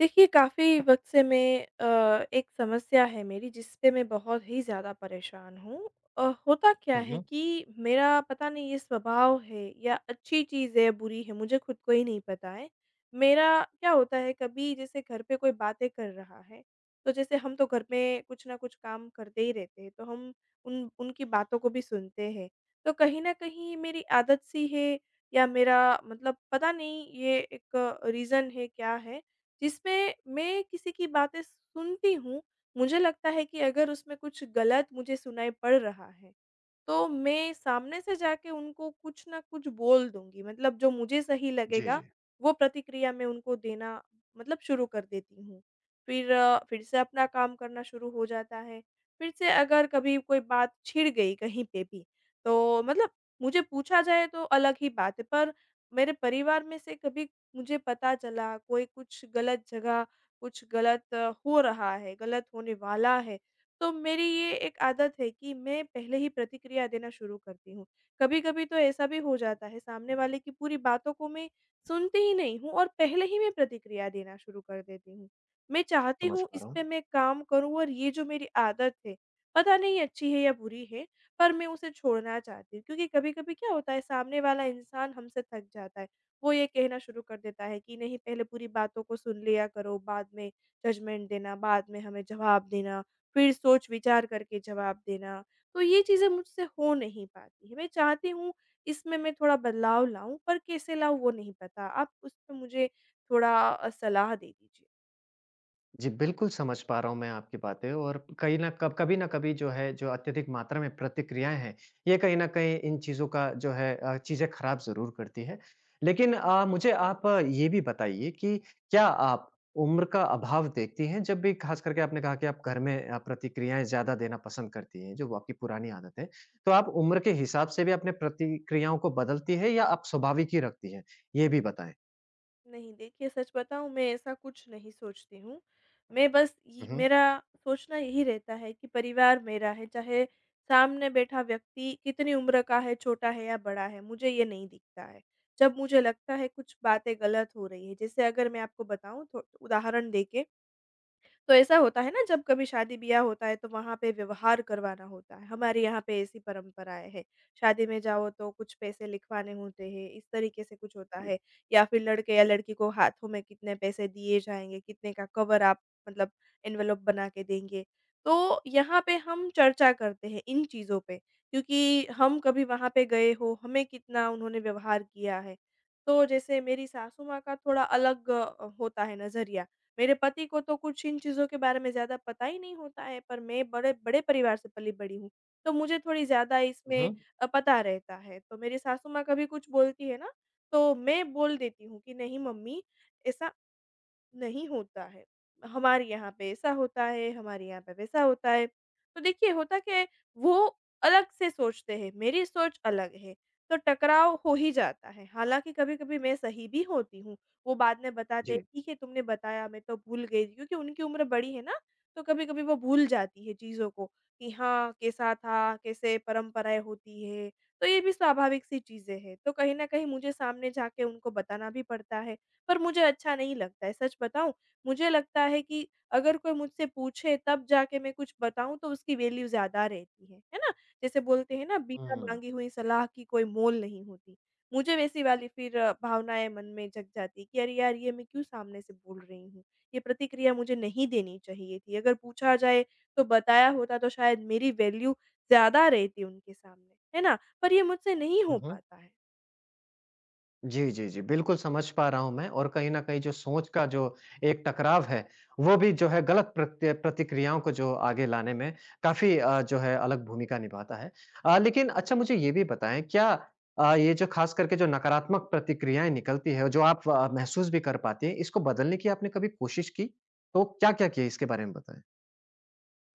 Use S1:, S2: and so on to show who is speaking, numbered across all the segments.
S1: देखिए, काफ़ी वक़्त से मैं एक समस्या है मेरी जिससे मैं बहुत ही ज़्यादा परेशान हूँ। होता क्या
S2: हुँ,
S1: है
S2: हुँ।
S1: कि मेरा पता नहीं ये स्वभाव है या अच्छी चीज़ है, बुरी है, मुझे खुद को ही नहीं पता है। मेरा क्या होता है कभी जैसे घर पे कोई बातें कर रहा है, तो जैसे हम तो घर में कुछ ना कुछ काम करते ही रहते हैं, तो हम उन उनकी बातों को भी सुनते हैं। तो कहीं न कहीं मेरी आदत सी है या मेरा मतलब पता नहीं ये एक रीज़न है, क्या है? जिसमें मैं किसी की बातें सुनती हूँ, मुझे लगता है कि अगर उसमें कुछ गलत मुझे सुनाई पड़ रहा है, तो मैं सामने से जाके उनको कुछ ना कुछ बोल दूँगी, मतलब जो मुझे सही
S2: जी,
S1: लगेगा,
S2: जी।
S1: वो प्रतिक्रिया मैं उनको देना मतलब शुरू कर देती हूँ। फिर फिर से अपना काम करना शुरू हो जाता है। फिर से अगर कभी कोई बात छिड़ गई कहीं पे भी, तो मतलब मुझे पूछा जाए तो अलग ही बात है, पर मेरे परिवार में से कभी मुझे पता चला कोई कुछ गलत जगह, कुछ गलत हो रहा है, गलत होने वाला है तो मेरी ये एक आदत है कि मैं पहले ही प्रतिक्रिया देना शुरू करती हूँ। कभी-कभी तो ऐसा भी हो जाता है सामने वाले की पूरी बातों को मैं सुनती ही नहीं हूँ और पहले ही मैं प्रतिक्रिया देना शुरू कर देती हूँ। मैं चाहती
S2: समझ
S1: हूँ
S2: पा
S1: इस
S2: रहा
S1: पे
S2: हूँ।
S1: मैं काम करूँ और ये जो मेरी आदत है, पता नहीं अच्छी है या बुरी है, पर मैं उसे छोड़ना चाहती हूँ। क्योंकि कभी-कभी क्या होता है सामने वाला इंसान हमसे थक जाता है। वो ये कहना शुरू कर देता है कि नहीं पहले पूरी बातों को सुन लिया करो, बाद में जजमेंट देना, बाद में हमें जवाब देना। फिर सोच-विचार करके जवाब देना। तो ये चीज़ें मुझसे हो नहीं पाती हैं। मैं चाहती हूँ इसमें मैं थोड़ा बदलाव लाऊँ पर कैसे लाऊँ वो नहीं पता। आप उस पे मुझे थोड़ा सलाह दे दीजिए।
S2: जी, बिल्कुल समझ पा रहा हूँ मैं आपकी बातें और कहीं न कब कभी न कभी जो है जो अत्यधिक मात्रा में प्रतिक्रियाएँ हैं, ये कहीं न कहीं इन चीज़ों का जो है चीज़ें खराब ज़रूर करती है। लेकिन मुझे आप ये भी बताइए कि क्या आप उम्र का अभाव देखती हैं जब भी ख़ास करके आपने कहा कि आप घर में प्रतिक्रियाएँ ज़्यादा देना पसंद करती हैं, जो वो आपकी पुरानी आदत है। तो आप उम्र के हिसाब से भी अपने प्रतिक्रियाओं को बदलती है या आप स्वाभाविक ही रखती हैं? ये भी बताएँ।
S1: नहीं देखिए सच बताऊँ मैं ऐसा कुछ नहीं सोचती हूँ। मैं बस ये
S2: हुँ, हुँ।
S1: मेरा सोचना यही रहता है कि परिवार मेरा है चाहे सामने बैठा व्यक्ति कितनी उम्र का है, छोटा है या बड़ा है, मुझे ये नहीं दिखता है। जब मुझे लगता है कुछ बातें गलत हो रही हैं जैसे अगर मैं आपको बताऊँ थो उदाहरण देके तो ऐसा होता है ना जब कभी शादी-ब्याह होता है तो वहाँ पे व्यवहार करवाना होता है। हमारे यहाँ पे ऐसी परंपराएँ हैं। शादी में जाओ तो कुछ पैसे लिखवाने होते हैं, इस तरीके से कुछ होता
S2: जी।
S1: है। या फिर लड़के या लड़की को हाथों में कितने पैसे दिए जाएँगे, कितने का कवर आप मतलब एनवेलप बना के देंगे। तो यहाँ पे हम चर्चा करते हैं इन चीज़ों पे क्योंकि हम कभी वहाँ पे गए हो, हमें कितना उन्होंने व्यवहार किया है। तो जैसे मेरी सासू माँ का थोड़ा अलग होता है नज़रिया। मेरे पति को तो कुछ इन चीज़ों के बारे में ज़्यादा पता ही नहीं होता है, पर मैं बड़े बड़े परिवार से पली-बड़ी हूँ, तो मुझे थोड़ी ज़्यादा
S2: हुँ,
S1: इसमें
S2: हुँ।
S1: पता रहता है। तो मेरी सासू माँ कभी कुछ बोलती है ना, तो मैं बोल देती हूँ कि, "नहीं मम्मी, ऐसा नहीं होता है। हमारे यहाँ पे ऐसा होता है, हमारे यहाँ पे वैसा होता है। तो देखिए होता क्या है वो अलग से सोचते हैं, मेरी सोच अलग है, तो टकराव हो ही जाता है। हालाँकि कभी-कभी मैं सही भी होती हूँ। वो बाद में बताते हैं,
S2: जी।
S1: "ठीक है, तुमने बताया, मैं तो भूल गई।" थी", क्योंकि उनकी उम्र बड़ी है ना, तो कभी-कभी वो भूल जाती है चीज़ों को कि हाँ, कैसा था, कैसे परंपराएँ होती है। तो ये भी स्वाभाविक-सी चीज़ें हैं। तो कहीं न कहीं मुझे सामने जाके उनको बताना भी पड़ता है। पर मुझे अच्छा नहीं लगता है। सच बताऊँ, मुझे लगता है कि अगर कोई मुझसे पूछे तब जाके मैं कुछ बताऊँ तो उसकी वैल्यू ज़्यादा रहती है। है ना? जैसे बोलते हैं ना बिना
S2: हुँ।
S1: माँगी हुई सलाह की कोई मोल नहीं होती। मुझे वैसी वाली फिर भावनाएँ मन में जग जाती है कि अरे यार! ये मैं क्यों सामने से बोल रही हूँ? ये प्रतिक्रिया मुझे नहीं देनी चाहिए थी। अगर पूछा जाए तो बताया होता तो शायद मेरी वैल्यू ज़्यादा रहती उनके सामने। है ना? पर ये मुझसे नहीं हो
S2: हुँ, हुँ।
S1: पाता है।
S2: जी, जी, जी, बिल्कुल समझ पा रहा हूँ मैं और कहीं न कहीं जो सोच का जो एक टकराव है, वो भी जो है गलत प्रत्य प्रतिक्रियाओं को जो आगे लाने में काफ़ी जो है अलग भूमिका निभाता है। लेकिन अच्छा मुझे ये भी बताएँ क्या ये जो ख़ास करके जो नकारात्मक प्रतिक्रियाएँ निकलती है, जो आप महसूस भी कर पाते हैं, इसको बदलने की आपने कभी कोशिश की? तो क्या-क्या किया इसके बारे में बताएँ?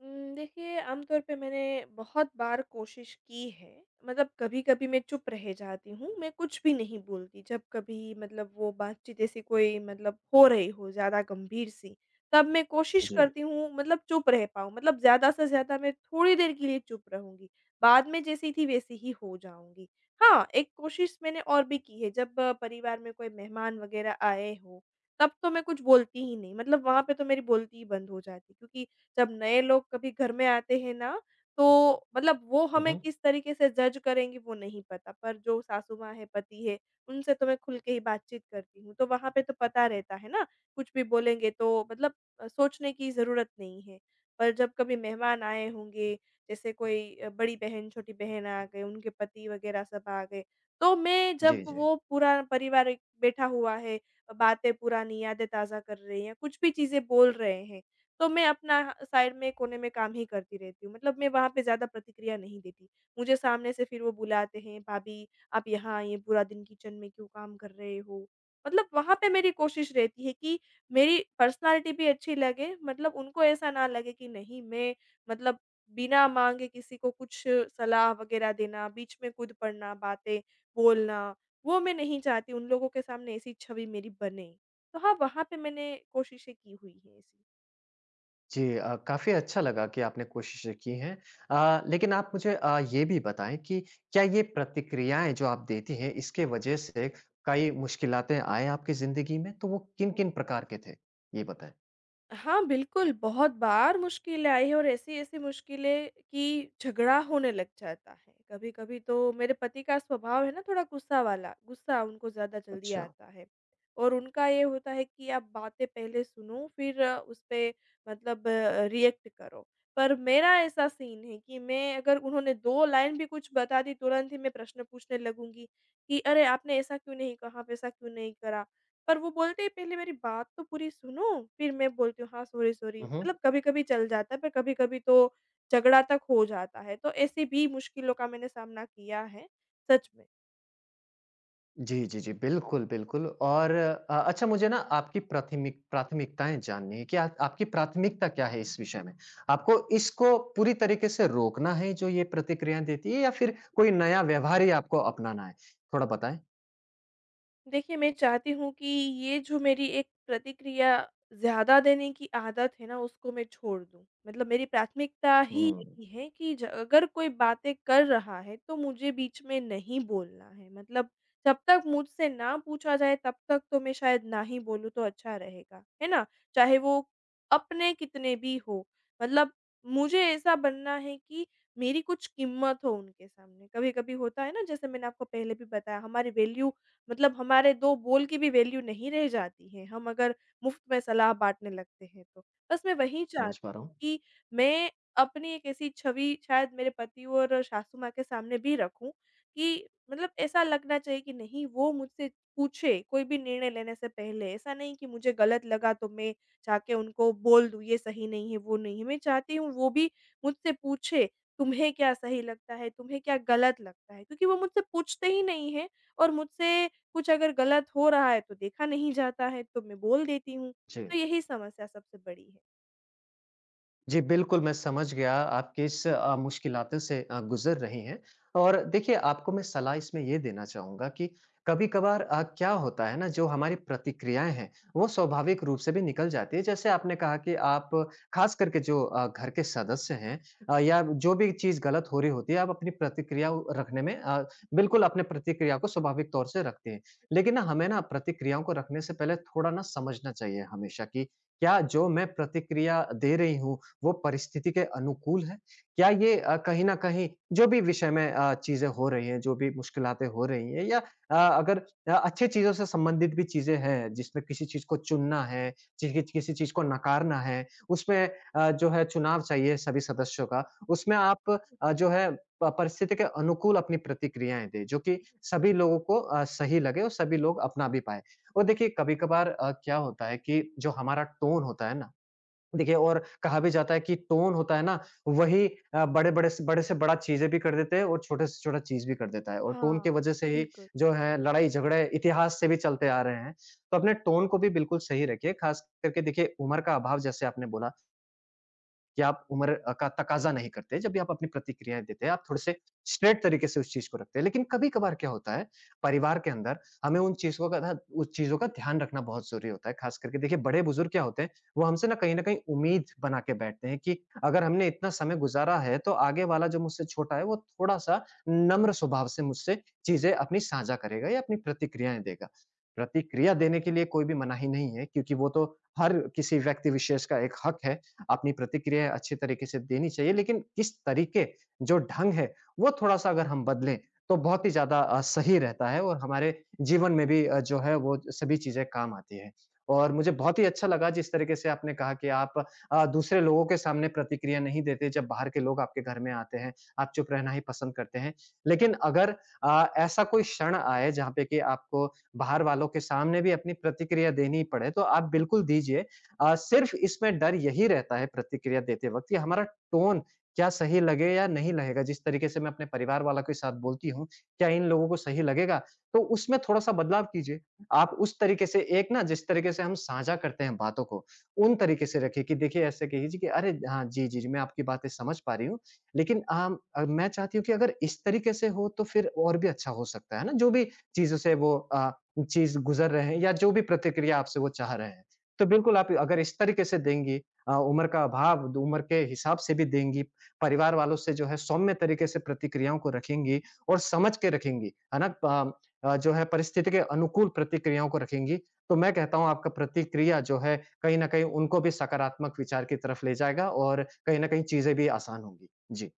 S1: देखिए आमतौर पे मैंने बहुत बार कोशिश की है, मतलब कभी-कभी मैं चुप रह जाती हूँ, मैं कुछ भी नहीं बोलती। जब कभी मतलब वो बातचीत ऐसी कोई मतलब हो रही हो ज़्यादा गंभीर सी, तब मैं कोशिश
S2: जी।
S1: करती हूँ मतलब चुप रह पाऊँ, मतलब ज़्यादा से ज़्यादा मैं थोड़ी देर के लिए चुप रहूँगी, बाद में जैसी थी वैसी ही हो जाऊँगी। हाँ, एक कोशिश मैंने और भी की है जब परिवार में कोई मेहमान वग़ैरह आए हों, तब तो मैं कुछ बोलती ही नहीं, मतलब वहाँ पे तो मेरी बोलती ही बंद हो जाती क्योंकि जब नए लोग कभी घर में आते हैं ना, तो मतलब वो
S2: हुँ,
S1: हमें
S2: हुँ।
S1: किस तरीके से जज करेंगी वो नहीं पता, पर जो सासू माँ है, पति है, उनसे तो मैं खुल के ही बातचीत करती हूँ, तो वहाँ पे तो पता रहता है ना, कुछ भी बोलेंगे तो मतलब सोचने की ज़रूरत नहीं है। पर जब कभी मेहमान आए होंगे, जैसे कोई बड़ी बहन, छोटी बहन आ गए, उनके पति वगैरह सब आ गए, तो मैं जब
S2: जी, जी।
S1: वो पूरा परिवार एक बैठा हुआ है, बातें पुरानी यादें ताज़ा कर रहे हैं, कुछ भी चीज़ें बोल रहे हैं तो मैं अपना साइड में कोने में काम ही करती रहती हूँ। मतलब मैं वहाँ पे ज़्यादा प्रतिक्रिया नहीं देती। मुझे सामने से फिर वो बुलाते हैं, "भाभी, आप यहाँ आई हैं, पूरा दिन किचन में क्यों काम कर रहे हो?" मतलब वहाँ पे मेरी कोशिश रहती है कि मेरी पर्सनैलिटी भी अच्छी लगे, मतलब उनको ऐसा ना लगे कि नहीं मैं मतलब बिना माँगे किसी को कुछ सलाह वग़ैरह देना, बीच में कूद पड़ना, बातें बोलना, वो मैं नहीं चाहती उन लोगों के सामने ऐसी छवि मेरी बने। तो हाँ, वहाँ पे मैंने कोशिशें की हुई हैं ऐसी।
S2: जी काफ़ी अच्छा लगा कि आपने कोशिशें की हैं। लेकिन आप मुझे ये भी बताएँ कि क्या ये प्रतिक्रियाएँ जो आप देती हैं, इसके वजह से कई मुश्किलातें आए आपकी ज़िंदगी में? तो वो किन-किन प्रकार के थे? ये बताएँ।
S1: हाँ, बिल्कुल, बहुत बार मुश्किलें आई हैं और ऐसी-ऐसी मुश्किलें कि झगड़ा होने लग जाता है। कभी-कभी तो मेरे पति का स्वभाव है ना थोड़ा गुस्सा वाला, गुस्सा उनको ज़्यादा जल्दी
S2: अच्छा।
S1: आता है और उनका ये होता है कि आप बातें पहले सुनो फिर उस पे मतलब रिएक्ट करो। पर मेरा ऐसा सीन है कि मैं अगर उन्होंने 2 लाइन भी कुछ बता दी, तुरंत ही मैं प्रश्न पूछने लगूँगी कि, "अरे! आपने ऐसा क्यों नहीं कहा, वैसा क्यों नहीं करा?" पर वो बोलते हैं पहले मेरी बात तो पूरी सुनो, फिर मैं बोलती हूँ हाँ, सॉरी, सॉरी।
S2: हुँ, हुँ।
S1: मतलब कभी-कभी चल जाता है पर कभी-कभी तो झगड़ा तक हो जाता है। तो ऐसी भी मुश्किलों का मैंने सामना किया है, सच में।
S2: जी, जी, जी। बिल्कुल, बिल्कुल और अच्छा मुझे ना आपकी प्राथमिकताएँ जाननी है कि आप आपकी प्राथमिकता क्या है इस विषय में? आपको इसको पूरी तरीके से रोकना है जो ये प्रतिक्रियाएँ देती है या फिर कोई नया व्यवहार ही आपको अपनाना है? थोड़ा बताएँ।
S1: देखिए, मैं चाहती हूँ कि ये जो मेरी एक प्रतिक्रिया ज़्यादा देने की आदत है ना, उसको मैं छोड़ दूँ। मतलब मेरी प्राथमिकता ही
S2: हुँ,
S1: यही है कि ज अगर कोई बातें कर रहा है, तो मुझे बीच में नहीं बोलना है। मतलब जब तक मुझसे ना पूछा जाए, तब तक तो मैं शायद ना ही बोलूँ तो अच्छा रहेगा, है ना? चाहे वो अपने कितने भी हों। मतलब मुझे ऐसा बनना है कि मेरी कुछ कीमत हो उनके सामने। कभी-कभी होता है ना, जैसे मैंने आपको पहले भी बताया, हमारी वैल्यू मतलब हमारे 2 बोल की भी वैल्यू नहीं रह जाती है, हम अगर मुफ्त में सलाह बाँटने लगते हैं तो। बस मैं वही जी। चाहती
S2: समझ पा रहा हूँ।
S1: हूँ कि मैं अपनी एक ऐसी छवि शायद मेरे पति और सासू माँ के सामने भी रखूँ कि मतलब ऐसा लगना चाहिए कि नहीं वो मुझसे पूछे कोई भी निर्णय लेने से पहले। ऐसा नहीं कि मुझे गलत लगा तो मैं जाके उनको बोल दूँ ये सही नहीं है, वो नहीं है। मैं चाहती हूँ वो भी मुझसे पूछे, तुम्हें क्या सही लगता है, तुम्हें क्या गलत लगता है? क्योंकि वो मुझसे पूछते ही नहीं हैं और मुझसे कुछ अगर गलत हो रहा है तो देखा नहीं जाता है, तो मैं बोल देती हूँ।
S2: जी।
S1: तो यही समस्या सबसे बड़ी है।
S2: जी, बिल्कुल, मैं समझ गया आप किस मुश्किलातों से गुज़र रही हैं। और देखिए, आपको मैं सलाह इसमें ये देना चाहूँगा कि कभी-कभार क्या होता है ना, जो हमारी प्रतिक्रियाएँ हैं, वो स्वाभाविक रूप से भी निकल जाती है। जैसे आपने कहा कि आप ख़ास करके जो घर के सदस्य हैं या जो भी चीज़ गलत हो रही होती है, आप अपनी प्रतिक्रिया उ रखने में बिल्कुल अपने प्रतिक्रिया को स्वाभाविक तौर से रखते हैं। लेकिन ना, हमें ना प्रतिक्रियाओं को रखने से पहले थोड़ा ना समझना चाहिए हमेशा कि क्या जो मैं प्रतिक्रिया दे रही हूँ, वो परिस्थिति के अनुकूल है? क्या ये कहीं न कहीं जो भी विषय में चीज़ें हो रही हैं, जो भी मुश्किलातें हो रही हैं या अगर अच्छे चीज़ों से संबंधित भी चीज़ें हैं, जिसमें किसी चीज़ को चुनना है, चीज़ किसी चीज़ को नकारना है, उसमें जो है चुनाव चाहिए सभी सदस्यों का, उसमें आप जो है प परिस्थिति के अनुकूल अपनी प्रतिक्रियाएँ दें, जो कि सभी लोगों को सही लगे और सभी लोग अपना भी पाएँ। और देखिए, कभी-कभार क्या होता है कि जो हमारा टोन होता है ना, देखिए और कहा भी जाता है कि टोन होता है ना वही बड़े-बड़े से बड़ा चीज़ें भी कर देते हैं और छोटे से छोटा चीज़ भी कर देता है और टोन
S1: हाँ,
S2: की वज़ह से ही
S1: बिल्कुल।
S2: जो है लड़ाई-झगड़े इतिहास से भी चलते आ रहे हैं। तो अपने टोन को भी बिल्कुल सही रखिए, ख़ास करके देखिए उम्र का अभाव जैसे आपने बोला कि आप उम्र का तकाज़ा नहीं करते, जब भी आप अपनी प्रतिक्रियाएँ देते हैं, आप थोड़े-से स्ट्रेट तरीके से उस चीज़ को रखते हैं। लेकिन कभी-कभार क्या होता है, परिवार के अंदर हमें उन चीज़ों का ध्यान रखना बहुत ज़रूरी होता है। ख़ास करके देखिए बड़े-बुज़ुर्ग क्या होते हैं, वो हमसे ना कहीं न कहीं उम्मीद बना के बैठते हैं कि अगर हमने इतना समय गुज़ारा है, तो आगे वाला जो मुझसे छोटा है, वो थोड़ा-सा नम्र स्वभाव से मुझसे चीज़ें अपनी साझा करेगा या अपनी प्रतिक्रियाएँ देगा। प्रतिक्रिया देने के लिए कोई भी मनाही नहीं है, क्योंकि वो तो हर किसी व्यक्ति विशेष का एक हक है। अपनी प्रतिक्रिया अच्छी तरीके से देनी चाहिए, लेकिन किस तरीके, जो ढंग है, वो थोड़ा-सा अगर हम बदलें तो बहुत ही ज़्यादा सही रहता है और हमारे जीवन में भी जो है वो सभी चीज़ें काम आती हैं। और मुझे बहुत ही अच्छा लगा जिस तरीके से आपने कहा कि आप दूसरे लोगों के सामने प्रतिक्रिया नहीं देते जब बाहर के लोग आपके घर में आते हैं, आप चुप रहना ही पसंद करते हैं। लेकिन अगर ऐसा कोई क्षण आए जहाँ पे कि आपको बाहर वालों के सामने भी अपनी प्रतिक्रिया देनी पड़े तो आप बिल्कुल दीजिए। सिर्फ़ इसमें डर यही रहता है प्रतिक्रिया देते वक़्त कि हमारा टोन क्या सही लगे या नहीं लगेगा? जिस तरीके से मैं अपने परिवार वालों के साथ बोलती हूँ, क्या इन लोगों को सही लगेगा? तो उसमें थोड़ा-सा बदलाव कीजिए। आप उस तरीके से एक ना जिस तरीके से हम साझा करते हैं बातों को, उन तरीके से रखिए कि देखिए ऐसे कहिए कि अरे! हाँ, जी, जी, जी, मैं आपकी बातें समझ पा रही हूँ। लेकिन मैं चाहती हूँ कि अगर इस तरीके से हो तो फिर और भी अच्छा हो सकता है ना? जो भी चीज़ों से वो चीज़ गुज़र रहे हैं या जो भी प्रतिक्रिया आपसे वो चाह रहे हैं। तो बिल्कुल आप अगर इस तरीके से देंगी उम्र का अभाव द उम्र के हिसाब से भी देंगी, परिवार वालों से जो है सौम्य तरीके से प्रतिक्रियाओं को रखेंगी और समझ के रखेंगी, है ना? प जो है परिस्थिति के अनुकूल प्रतिक्रियाओं को रखेंगी, तो मैं कहता हूँ आपका प्रतिक्रिया जो है कहीं न कहीं उनको भी सकारात्मक विचार की तरफ ले जाएगा और कहीं न कहीं चीज़ें भी आसान होंगी। जी।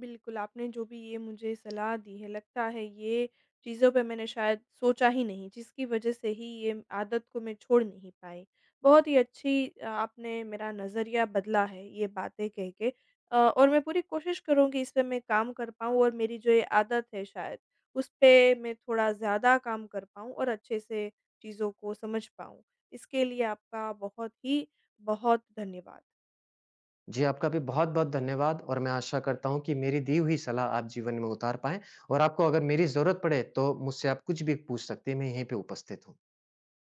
S1: बिल्कुल, आपने जो भी ये मुझे सलाह दी है, लगता है ये चीज़ों पे मैंने शायद सोचा ही नहीं, जिसकी वजह से ही ये आदत को मैं छोड़ नहीं पाई। बहुत ही अच्छी आपने मेरा नज़रिया बदला है ये बातें कह के और मैं पूरी कोशिश करूँगी इस पे मैं काम कर पाऊँ और मेरी जो ये आदत है शायद, उस पे मैं थोड़ा ज़्यादा काम कर पाऊँ और अच्छे से चीज़ों को समझ पाऊँ। इसके लिए आपका बहुत ही बहुत धन्यवाद।
S2: जी, आपका भी बहुत-बहुत धन्यवाद और मैं आशा करता हूँ कि मेरी दी हुई सलाह आप जीवन में उतार पाएँ और आपको अगर मेरी ज़रूरत पड़े, तो मुझसे आप कुछ भी पूछ सकती हैं, मैं यहीं पे उपस्थित हूँ।